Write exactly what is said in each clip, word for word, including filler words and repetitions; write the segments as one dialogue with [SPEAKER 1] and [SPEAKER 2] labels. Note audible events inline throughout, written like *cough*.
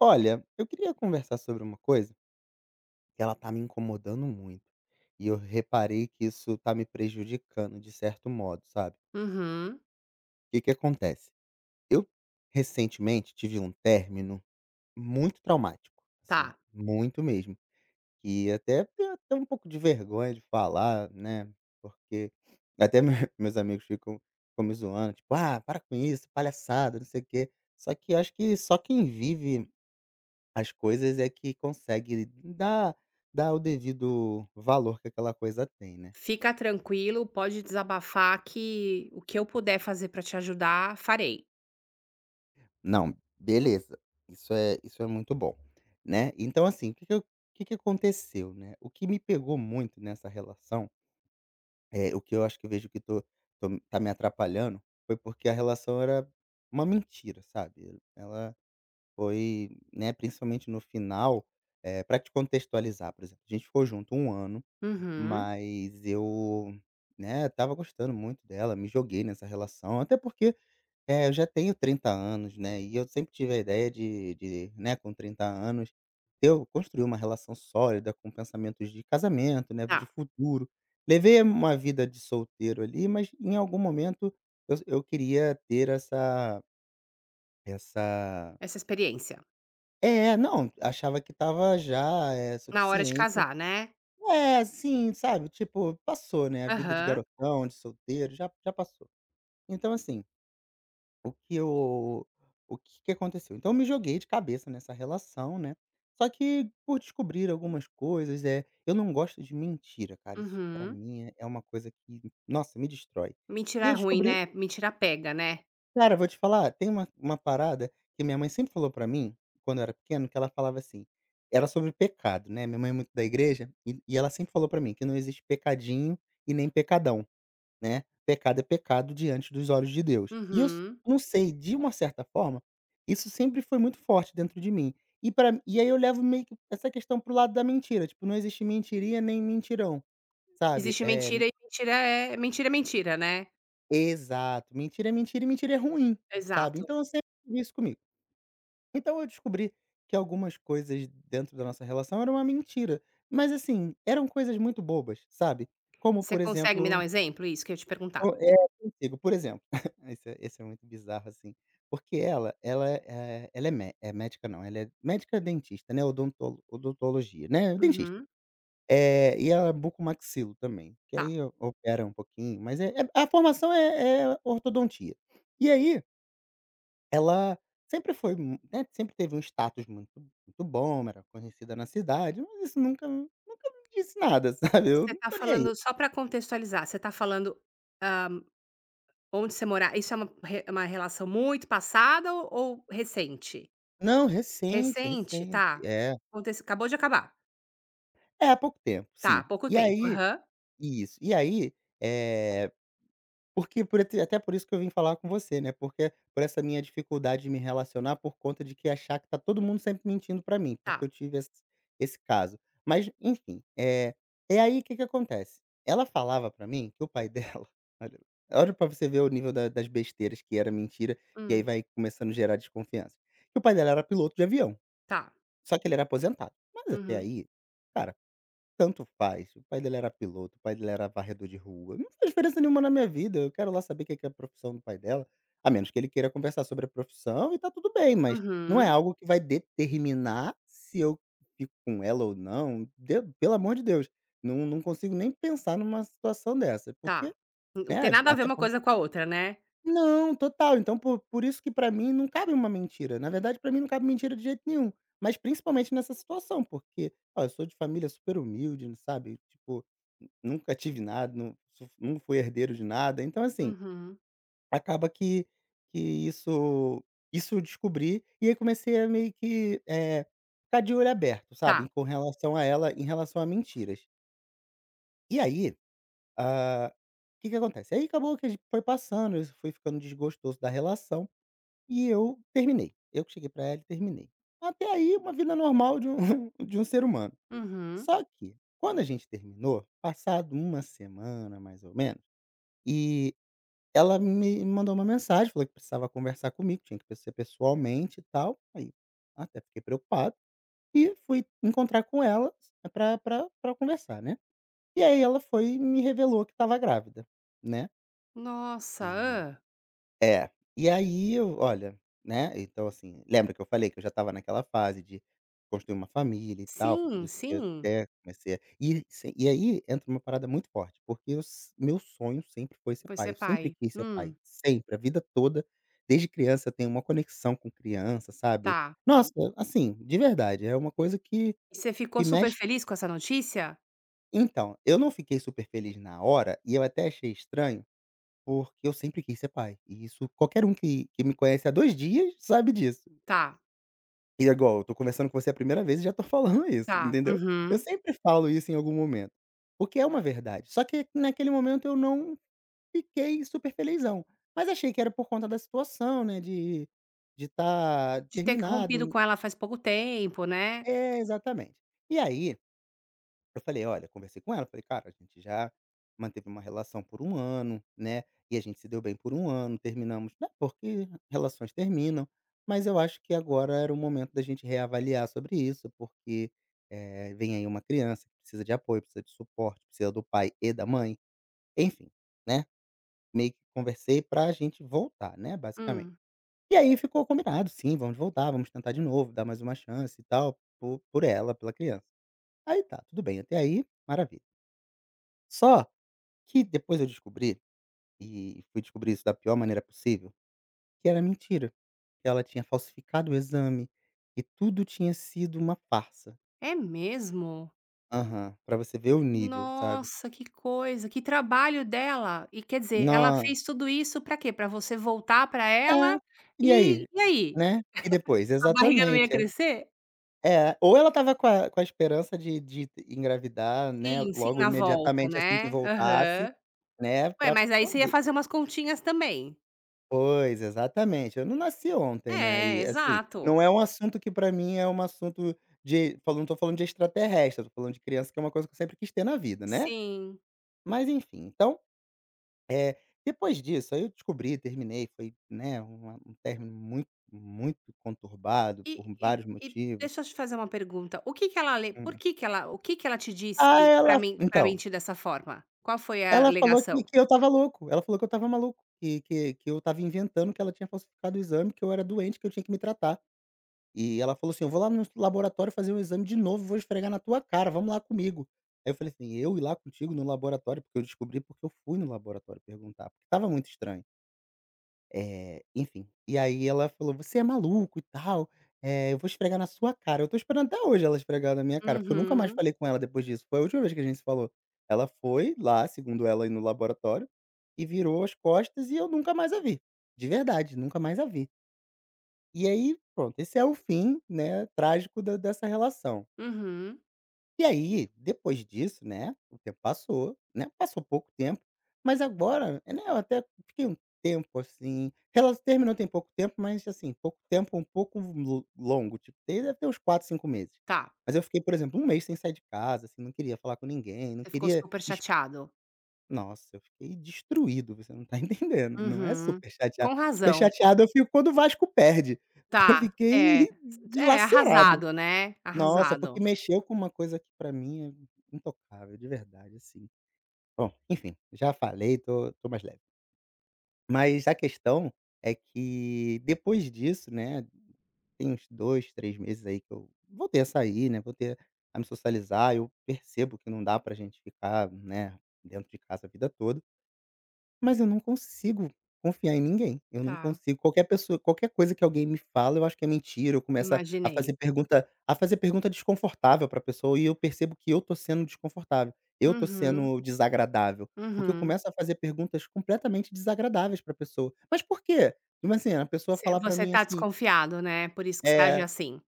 [SPEAKER 1] Olha, eu queria conversar sobre uma coisa que ela tá me incomodando muito. E eu reparei que isso tá me prejudicando de certo modo, sabe?
[SPEAKER 2] Uhum,
[SPEAKER 1] O que que acontece? Eu recentemente tive um término muito traumático, assim,
[SPEAKER 2] tá.
[SPEAKER 1] muito mesmo. E até tenho até um pouco de vergonha de falar, né? Porque até me- *laughs* meus amigos ficam, ficam me zoando, tipo, ah, para com isso, palhaçada, não sei o quê. Só que eu acho que só quem vive as coisas é que consegue dar dar o devido valor que aquela coisa tem, né.
[SPEAKER 2] Fica tranquilo, pode desabafar que o que eu puder fazer pra te ajudar, farei.
[SPEAKER 1] Não, beleza, isso é isso é muito bom, né. Então assim, o que que eu o que que aconteceu, né. O que me pegou muito nessa relação, é o que eu acho que vejo que tô tô tá me atrapalhando, foi porque a relação era uma mentira, sabe. Ela foi, né, principalmente no final, eh, pra te contextualizar, por exemplo, a gente ficou junto um ano.
[SPEAKER 2] Uhum,
[SPEAKER 1] Mas eu, né, tava gostando muito dela, me joguei nessa relação, até porque, eh, eu já tenho trinta anos, né, e eu sempre tive a ideia de de, né, com trinta anos, eu construir uma relação sólida com pensamentos de casamento, né, de
[SPEAKER 2] tá.
[SPEAKER 1] futuro. Levei uma vida de solteiro ali, mas em algum momento eu eu queria ter essa essa.
[SPEAKER 2] Essa experiência.
[SPEAKER 1] É, não, achava que tava já, eh,
[SPEAKER 2] Na hora de
[SPEAKER 1] suficiente.
[SPEAKER 2] casar, né?
[SPEAKER 1] É, assim, sabe, tipo, passou, né, a vida de
[SPEAKER 2] Aham,
[SPEAKER 1] garotão, de solteiro, já já passou. Então assim, o que eu o que que aconteceu? Então eu me joguei de cabeça nessa relação, né, só que por descobrir algumas coisas, é, eu não gosto de mentira, cara, isso pra
[SPEAKER 2] uhum.
[SPEAKER 1] mim é é uma coisa que, nossa, me destrói. E
[SPEAKER 2] Mentira é
[SPEAKER 1] eu
[SPEAKER 2] ruim,
[SPEAKER 1] descobri.
[SPEAKER 2] né? Mentira pega, né?
[SPEAKER 1] Cara, eu vou te falar, tem uma uma parada que minha mãe sempre falou pra mim, quando eu era pequeno, que ela falava assim era sobre pecado, né, minha mãe é muito da igreja, e e ela sempre falou pra mim que não existe pecadinho e nem pecadão, né, pecado é pecado diante dos olhos de Deus. E eu s
[SPEAKER 2] Uhum.
[SPEAKER 1] não sei, de uma certa forma, isso sempre foi muito forte dentro de mim. E pra e aí eu levo meio que essa questão pro lado da mentira, tipo, não existe mentiria nem mentirão, sabe.
[SPEAKER 2] Existe
[SPEAKER 1] É
[SPEAKER 2] mentira e mentira é mentira é mentira, né?
[SPEAKER 1] exato, mentira é mentira e mentira é ruim, sabe.
[SPEAKER 2] Exato.
[SPEAKER 1] Então eu sempre tive isso comigo. Então eu descobri que algumas coisas dentro da nossa relação eram uma mentira, mas assim, eram coisas muito bobas, sabe. Como,
[SPEAKER 2] Você
[SPEAKER 1] por
[SPEAKER 2] consegue me dar um
[SPEAKER 1] exemplo,
[SPEAKER 2] exemplo? Isso que eu ia te
[SPEAKER 1] o
[SPEAKER 2] perguntar.
[SPEAKER 1] é, consigo, por exemplo, *laughs* esse é esse é muito bizarro, assim, porque ela ela é ela é mé é médica, não, ela é médica dentista, né, odonto odontologia, né, dentista.
[SPEAKER 2] Uhum,
[SPEAKER 1] Eh, e ela é bucomaxilo também, que
[SPEAKER 2] tá.
[SPEAKER 1] aí o- opera um pouquinho, mas é é a formação é é ortodontia. E aí ela sempre foi mu né, sempre teve um status muito muito bom, era conhecida na cidade, mas isso nunca nunca me disse nada, *laughs* sabe, eu
[SPEAKER 2] Você
[SPEAKER 1] não
[SPEAKER 2] tá
[SPEAKER 1] tô nem aí.
[SPEAKER 2] falando só pra contextualizar, você tá falando. Onde você morar? Isso é uma re uma relação muito passada ou ou recente?
[SPEAKER 1] Não, recente,
[SPEAKER 2] Recente,
[SPEAKER 1] recente.
[SPEAKER 2] tá.
[SPEAKER 1] É.
[SPEAKER 2] Acontece, acabou de acabar.
[SPEAKER 1] É, há pouco tempo,
[SPEAKER 2] Tá, há
[SPEAKER 1] sim.
[SPEAKER 2] pouco
[SPEAKER 1] E
[SPEAKER 2] tempo.
[SPEAKER 1] aí
[SPEAKER 2] Aham.
[SPEAKER 1] isso. E aí, eh porque por até até por isso que eu vim falar com você, né, porque por essa minha dificuldade de me relacionar por conta de que achar que tá todo mundo sempre mentindo pra mim, porque eu
[SPEAKER 2] Tá.
[SPEAKER 1] tive esse esse caso. Mas enfim, é é aí o que que acontece, ela falava pra mim que o pai dela, *laughs* olha, olha pra você ver o nível da das besteiras que era mentira, e aí
[SPEAKER 2] Hum.
[SPEAKER 1] vai começando a gerar desconfiança. Que o pai dela era piloto de avião,
[SPEAKER 2] Tá.
[SPEAKER 1] só que ele era aposentado. Mas até
[SPEAKER 2] Uhum.
[SPEAKER 1] aí, cara, tanto faz. O pai dele era piloto, o pai dele era varredor de rua. Não faz diferença nenhuma na minha vida. Eu quero lá saber o que que é a profissão do pai dela, a menos que ele queira conversar sobre a profissão e tá tudo bem, mas não é
[SPEAKER 2] Uhum.
[SPEAKER 1] algo que vai determinar se eu fico com ela ou não. De Pelo amor de Deus, não não consigo nem pensar numa situação dessa, porque,
[SPEAKER 2] Tá. N não tem
[SPEAKER 1] né,
[SPEAKER 2] nada a ver
[SPEAKER 1] até
[SPEAKER 2] uma coisa com a outra, né?
[SPEAKER 1] não, total. Então por por isso que pra mim não cabe uma mentira. Na verdade, pra mim não cabe mentira de jeito nenhum, mas principalmente nessa situação, porque, olha, eu sou de família super humilde, não, sabe, tipo, n- nunca tive nada, não su não fui herdeiro de nada, então assim,
[SPEAKER 2] Uhum.
[SPEAKER 1] acaba que que isso isso eu descobri, e aí comecei a meio que, eh, ficar de olho aberto,
[SPEAKER 2] Tá.
[SPEAKER 1] sabe, com relação a ela, em relação a mentiras. E aí, ah, o que que acontece, aí acabou que a gente foi passando, isso foi ficando desgostoso da relação. E eu terminei. Eu que cheguei pra ela e terminei. Até aí, uma vida normal de um *laughs* de um ser humano.
[SPEAKER 2] Uhum.
[SPEAKER 1] Só que, quando a gente terminou, passado uma semana, mais ou menos, e ela me mandou uma mensagem, falou que precisava conversar comigo, tinha que ser pessoalmente e tal. Aí, até fiquei preocupado e fui encontrar com ela pra pra pra conversar, né. E aí ela foi e me revelou que estava grávida, né.
[SPEAKER 2] Nossa, hã.
[SPEAKER 1] É, e aí eu olha, né, então assim, lembra que eu falei que eu já estava naquela fase de construir uma família e tal, foi por
[SPEAKER 2] Sim,
[SPEAKER 1] isso que eu
[SPEAKER 2] sim.
[SPEAKER 1] até comecei a e se e aí entra uma parada muito forte, porque eu s meu sonho sempre foi ser
[SPEAKER 2] Foi
[SPEAKER 1] pai,
[SPEAKER 2] ser
[SPEAKER 1] eu sempre
[SPEAKER 2] pai.
[SPEAKER 1] quis ser
[SPEAKER 2] Hum.
[SPEAKER 1] pai, sempre, a vida toda, desde criança eu tenho uma conexão com criança, sabe.
[SPEAKER 2] Tá.
[SPEAKER 1] Nossa, assim, de verdade, é uma coisa que
[SPEAKER 2] E você ficou
[SPEAKER 1] que
[SPEAKER 2] super
[SPEAKER 1] mexe.
[SPEAKER 2] feliz com essa notícia?
[SPEAKER 1] Então, eu não fiquei super feliz na hora, e eu até achei estranho porque eu sempre quis ser pai, e isso qualquer um que que me conhece há dois dias sabe disso.
[SPEAKER 2] Tá,
[SPEAKER 1] E agora eu tô conversando com você a primeira vez e já tô *laughs* falando isso,
[SPEAKER 2] tá.
[SPEAKER 1] entendeu. Eu
[SPEAKER 2] Uhum.
[SPEAKER 1] sempre falo isso em algum momento, porque é uma verdade. Só que naquele momento eu não fiquei super felizão, mas achei que era por conta da situação, né, de estar de estar
[SPEAKER 2] De ter rompido
[SPEAKER 1] terminado.
[SPEAKER 2] com ela faz pouco tempo, né?
[SPEAKER 1] É, exatamente. E aí eu falei: "Olha", conversei com ela, falei: "Cara, a gente já manteve uma relação por um ano, né, e a gente se deu bem por um ano, terminamos, né, porque relações terminam, mas eu acho que agora era o momento da gente reavaliar sobre isso, porque, eh, vem aí uma criança que precisa de apoio, precisa de suporte, precisa do pai e da mãe", enfim, né, meio que conversei pra gente voltar, né, basicamente.
[SPEAKER 2] Hum.
[SPEAKER 1] E aí ficou combinado: "Sim, vamos voltar, vamos tentar de novo, dar mais uma chance e tal", por por ela, pela criança. Aí tá, tudo bem, até aí, maravilha. Só que depois eu descobri, e fui descobrir isso da pior maneira possível, que era mentira, que ela tinha falsificado o exame, que tudo tinha sido uma farsa.
[SPEAKER 2] É mesmo?
[SPEAKER 1] Aham, pra você ver o nível, sabe.
[SPEAKER 2] Nossa, que coisa, que trabalho dela. E quer dizer, ela
[SPEAKER 1] No
[SPEAKER 2] fez tudo isso pra quê? Pra você voltar pra
[SPEAKER 1] É,
[SPEAKER 2] ela?
[SPEAKER 1] e aí,
[SPEAKER 2] E e aí?
[SPEAKER 1] né. E depois?
[SPEAKER 2] A barriga não ia
[SPEAKER 1] Exatamente, é.
[SPEAKER 2] crescer?
[SPEAKER 1] É, ou ela estava com a com a esperança de de engravidar, né,
[SPEAKER 2] Sim, sim,
[SPEAKER 1] logo
[SPEAKER 2] na volta,
[SPEAKER 1] imediatamente assim que
[SPEAKER 2] né.
[SPEAKER 1] voltasse,
[SPEAKER 2] Aham.
[SPEAKER 1] né,
[SPEAKER 2] Ué,
[SPEAKER 1] pra
[SPEAKER 2] mas aí você ia
[SPEAKER 1] poder.
[SPEAKER 2] fazer umas continhas também.
[SPEAKER 1] Pois, exatamente. Eu não nasci ontem, né,
[SPEAKER 2] É,
[SPEAKER 1] e assim,
[SPEAKER 2] exato.
[SPEAKER 1] não é um assunto que pra mim é um assunto de falando não tô falando de extraterrestre, tô falando de criança que é uma coisa que eu sempre quis ter na vida, né.
[SPEAKER 2] Sim.
[SPEAKER 1] Mas enfim, então, eh, depois disso, aí eu descobri, terminei, foi, né, uma um término muito, muito conturbado
[SPEAKER 2] E
[SPEAKER 1] por
[SPEAKER 2] e
[SPEAKER 1] vários
[SPEAKER 2] e
[SPEAKER 1] motivos.
[SPEAKER 2] deixa eu te fazer uma pergunta, o que que ela le por
[SPEAKER 1] Hum.
[SPEAKER 2] que que ela, o que que ela te disse
[SPEAKER 1] Ah,
[SPEAKER 2] pra
[SPEAKER 1] ela
[SPEAKER 2] men pra
[SPEAKER 1] então,
[SPEAKER 2] mentir dessa forma? Qual foi a
[SPEAKER 1] ela falou
[SPEAKER 2] alegação?
[SPEAKER 1] que que eu estava louco, ela falou que eu estava maluco, que que que eu estava inventando que ela tinha falsificado o exame, que eu era doente, que eu tinha que me tratar. E ela falou assim: "Eu vou lá no laboratório fazer o exame de novo, vou esfregar na tua cara, vamos lá comigo". Aí eu falei assim: "Eu ir lá contigo no laboratório?" Porque eu descobri porque eu fui no laboratório perguntar, porque estava muito estranho. Eh, enfim, e aí ela falou: "Você é maluco e tal, eh, eu vou esfregar na sua cara". Eu tô esperando até hoje ela esfregar na minha cara, porque eu nunca mais
[SPEAKER 2] Uhum,
[SPEAKER 1] falei com ela depois disso, foi a última vez que a gente se falou. Ela foi lá, segundo ela, aí no laboratório, e virou as costas e eu nunca mais a vi. De verdade, nunca mais a vi. E aí, pronto, esse é o fim, né, trágico da dessa relação.
[SPEAKER 2] uhum.
[SPEAKER 1] E aí, depois disso, né, o tempo passou, né, passou pouco tempo, mas agora, né, eu até fiquei um tempo, assim, ela terminou tem pouco tempo, mas, assim, pouco tempo um pouco lo longo, tipo, tem deve ter uns quatro cinco meses.
[SPEAKER 2] Tá.
[SPEAKER 1] Mas eu fiquei, por exemplo, um mês sem sair de casa, assim, não queria falar com ninguém, não
[SPEAKER 2] Você ficou
[SPEAKER 1] queria.
[SPEAKER 2] super chateado.
[SPEAKER 1] Nossa, eu fiquei destruído, você não tá *laughs* entendendo, não é
[SPEAKER 2] Uhum.
[SPEAKER 1] super chateado,
[SPEAKER 2] Com
[SPEAKER 1] super
[SPEAKER 2] razão.
[SPEAKER 1] chateado eu fico quando o Vasco perde, *laughs* eu
[SPEAKER 2] Tá,
[SPEAKER 1] fiquei
[SPEAKER 2] é. É,
[SPEAKER 1] dilacerado.
[SPEAKER 2] arrasado, né,
[SPEAKER 1] Nossa,
[SPEAKER 2] arrasado.
[SPEAKER 1] porque mexeu com uma coisa que pra mim é intocável, de verdade, assim. Bom, enfim, já falei, tô tô mais leve. Mas a questão é que depois disso, né, tem uns dois, três meses aí que eu voltei a sair, né, voltei a me socializar, eu percebo que não dá pra gente ficar, né, dentro de casa a vida toda. Mas eu não consigo confiar em ninguém, eu não
[SPEAKER 2] Tá,
[SPEAKER 1] consigo qualquer pessoa qualquer coisa que alguém me fala, eu acho que é mentira, eu começo a a
[SPEAKER 2] imaginei.
[SPEAKER 1] fazer pergunta a fazer pergunta desconfortável pra pessoa e eu percebo que eu tô sendo desconfortável, eu tô
[SPEAKER 2] Uhum,
[SPEAKER 1] sendo desagradável, porque eu
[SPEAKER 2] uhum.
[SPEAKER 1] começo a fazer perguntas completamente desagradáveis pra pessoa. "Mas por quê?" Tipo assim, a pessoa
[SPEAKER 2] Você
[SPEAKER 1] falar pra
[SPEAKER 2] você
[SPEAKER 1] mim
[SPEAKER 2] tá
[SPEAKER 1] assim,
[SPEAKER 2] desconfiado, né, por isso que você age
[SPEAKER 1] eh
[SPEAKER 2] assim.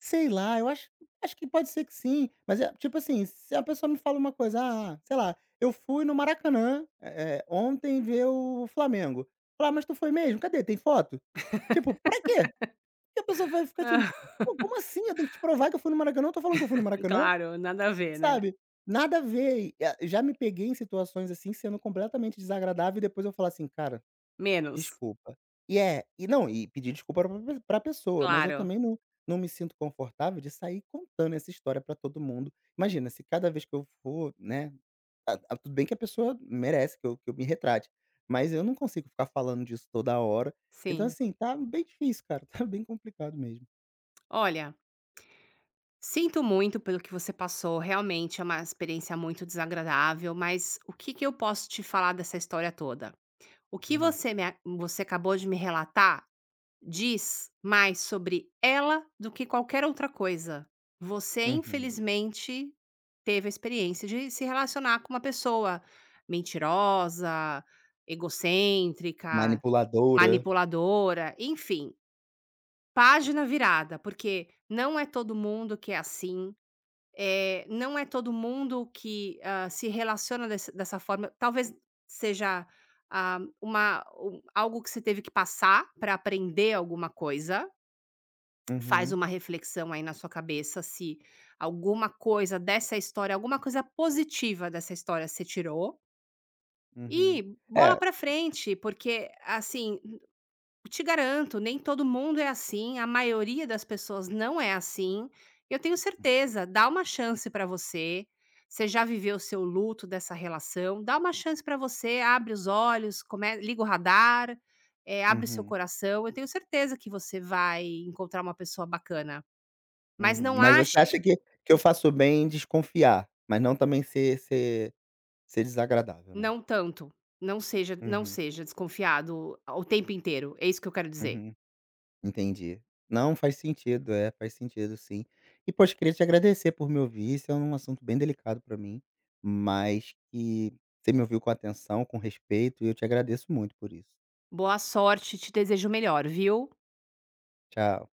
[SPEAKER 1] sei lá, eu acho acho que pode ser que sim, mas é tipo assim, se a pessoa me fala uma coisa: "Ah, sei lá, eu fui no Maracanã, eh eh, ontem ver o Flamengo". Falar: "Mas tu foi mesmo? Cadê? Tem foto?". Tipo, pra quê? Porque a pessoa vai ficar tipo:
[SPEAKER 2] *laughs*
[SPEAKER 1] "Pô, como assim? Eu tenho que te provar que eu fui no Maracanã? Eu tô falando que eu fui no Maracanã",
[SPEAKER 2] Claro, nada a ver, né.
[SPEAKER 1] sabe? Nada a ver. E, ah, já me peguei em situações assim, sendo completamente desagradável e depois eu falar assim: "Cara,
[SPEAKER 2] Menos.
[SPEAKER 1] desculpa. E é e não, e pedir desculpa pra pe pra pessoa, mas eu
[SPEAKER 2] Claro,
[SPEAKER 1] também não não me sinto confortável de sair contando essa história pra todo mundo. Imagina, se cada vez que eu for, né, a a tudo bem que a pessoa merece que eu que eu me retrate, mas eu não consigo ficar falando disso toda hora. Então,
[SPEAKER 2] sim.
[SPEAKER 1] assim, tá bem difícil, cara, *laughs* tá bem complicado mesmo.
[SPEAKER 2] Olha, sinto muito pelo que você passou, realmente é uma experiência muito desagradável, mas o que que eu posso te falar dessa história toda? O que
[SPEAKER 1] Hum,
[SPEAKER 2] você me, a você acabou de me relatar diz mais sobre ela do que qualquer outra coisa. Você,
[SPEAKER 1] uhum.
[SPEAKER 2] infelizmente, teve a experiência de se relacionar com uma pessoa mentirosa, egocêntrica,
[SPEAKER 1] Manipuladora.
[SPEAKER 2] manipuladora, enfim, página virada, porque não é todo mundo que é assim. É, não é todo mundo que, hã, se relaciona dessa dessa forma. Talvez seja, ah, uma, um algo que você teve que passar para aprender alguma coisa. Faz
[SPEAKER 1] Uhum,
[SPEAKER 2] uma reflexão aí na sua cabeça se alguma coisa dessa história, alguma coisa positiva dessa história você tirou
[SPEAKER 1] uhum.
[SPEAKER 2] e bola
[SPEAKER 1] É.
[SPEAKER 2] pra frente, porque, assim, te garanto, nem todo mundo é assim, a maioria das pessoas não é assim. Eu tenho certeza, dá uma chance pra você. Você já viveu o seu luto dessa relação, dá uma chance pra você, abre os olhos, come, liga o radar, eh, abre o seu
[SPEAKER 1] Uhum,
[SPEAKER 2] coração. Eu tenho certeza que você vai encontrar uma pessoa bacana. Mas
[SPEAKER 1] uhum.
[SPEAKER 2] não
[SPEAKER 1] Mas você
[SPEAKER 2] ache
[SPEAKER 1] acha
[SPEAKER 2] que
[SPEAKER 1] que que eu faço bem em desconfiar, mas não também ser ser Ser desagradável, né.
[SPEAKER 2] não tanto, não seja não
[SPEAKER 1] Uhum,
[SPEAKER 2] seja desconfiado o tempo inteiro, é isso que eu quero dizer.
[SPEAKER 1] uhum. Entendi. Não, faz sentido, é, faz sentido sim. E poxa, queria te agradecer por me ouvir, isso é um assunto bem delicado pra mim, mas que você me ouviu com atenção, com respeito, e eu te agradeço muito por isso.
[SPEAKER 2] Boa sorte, te desejo o melhor, viu.
[SPEAKER 1] Tchau.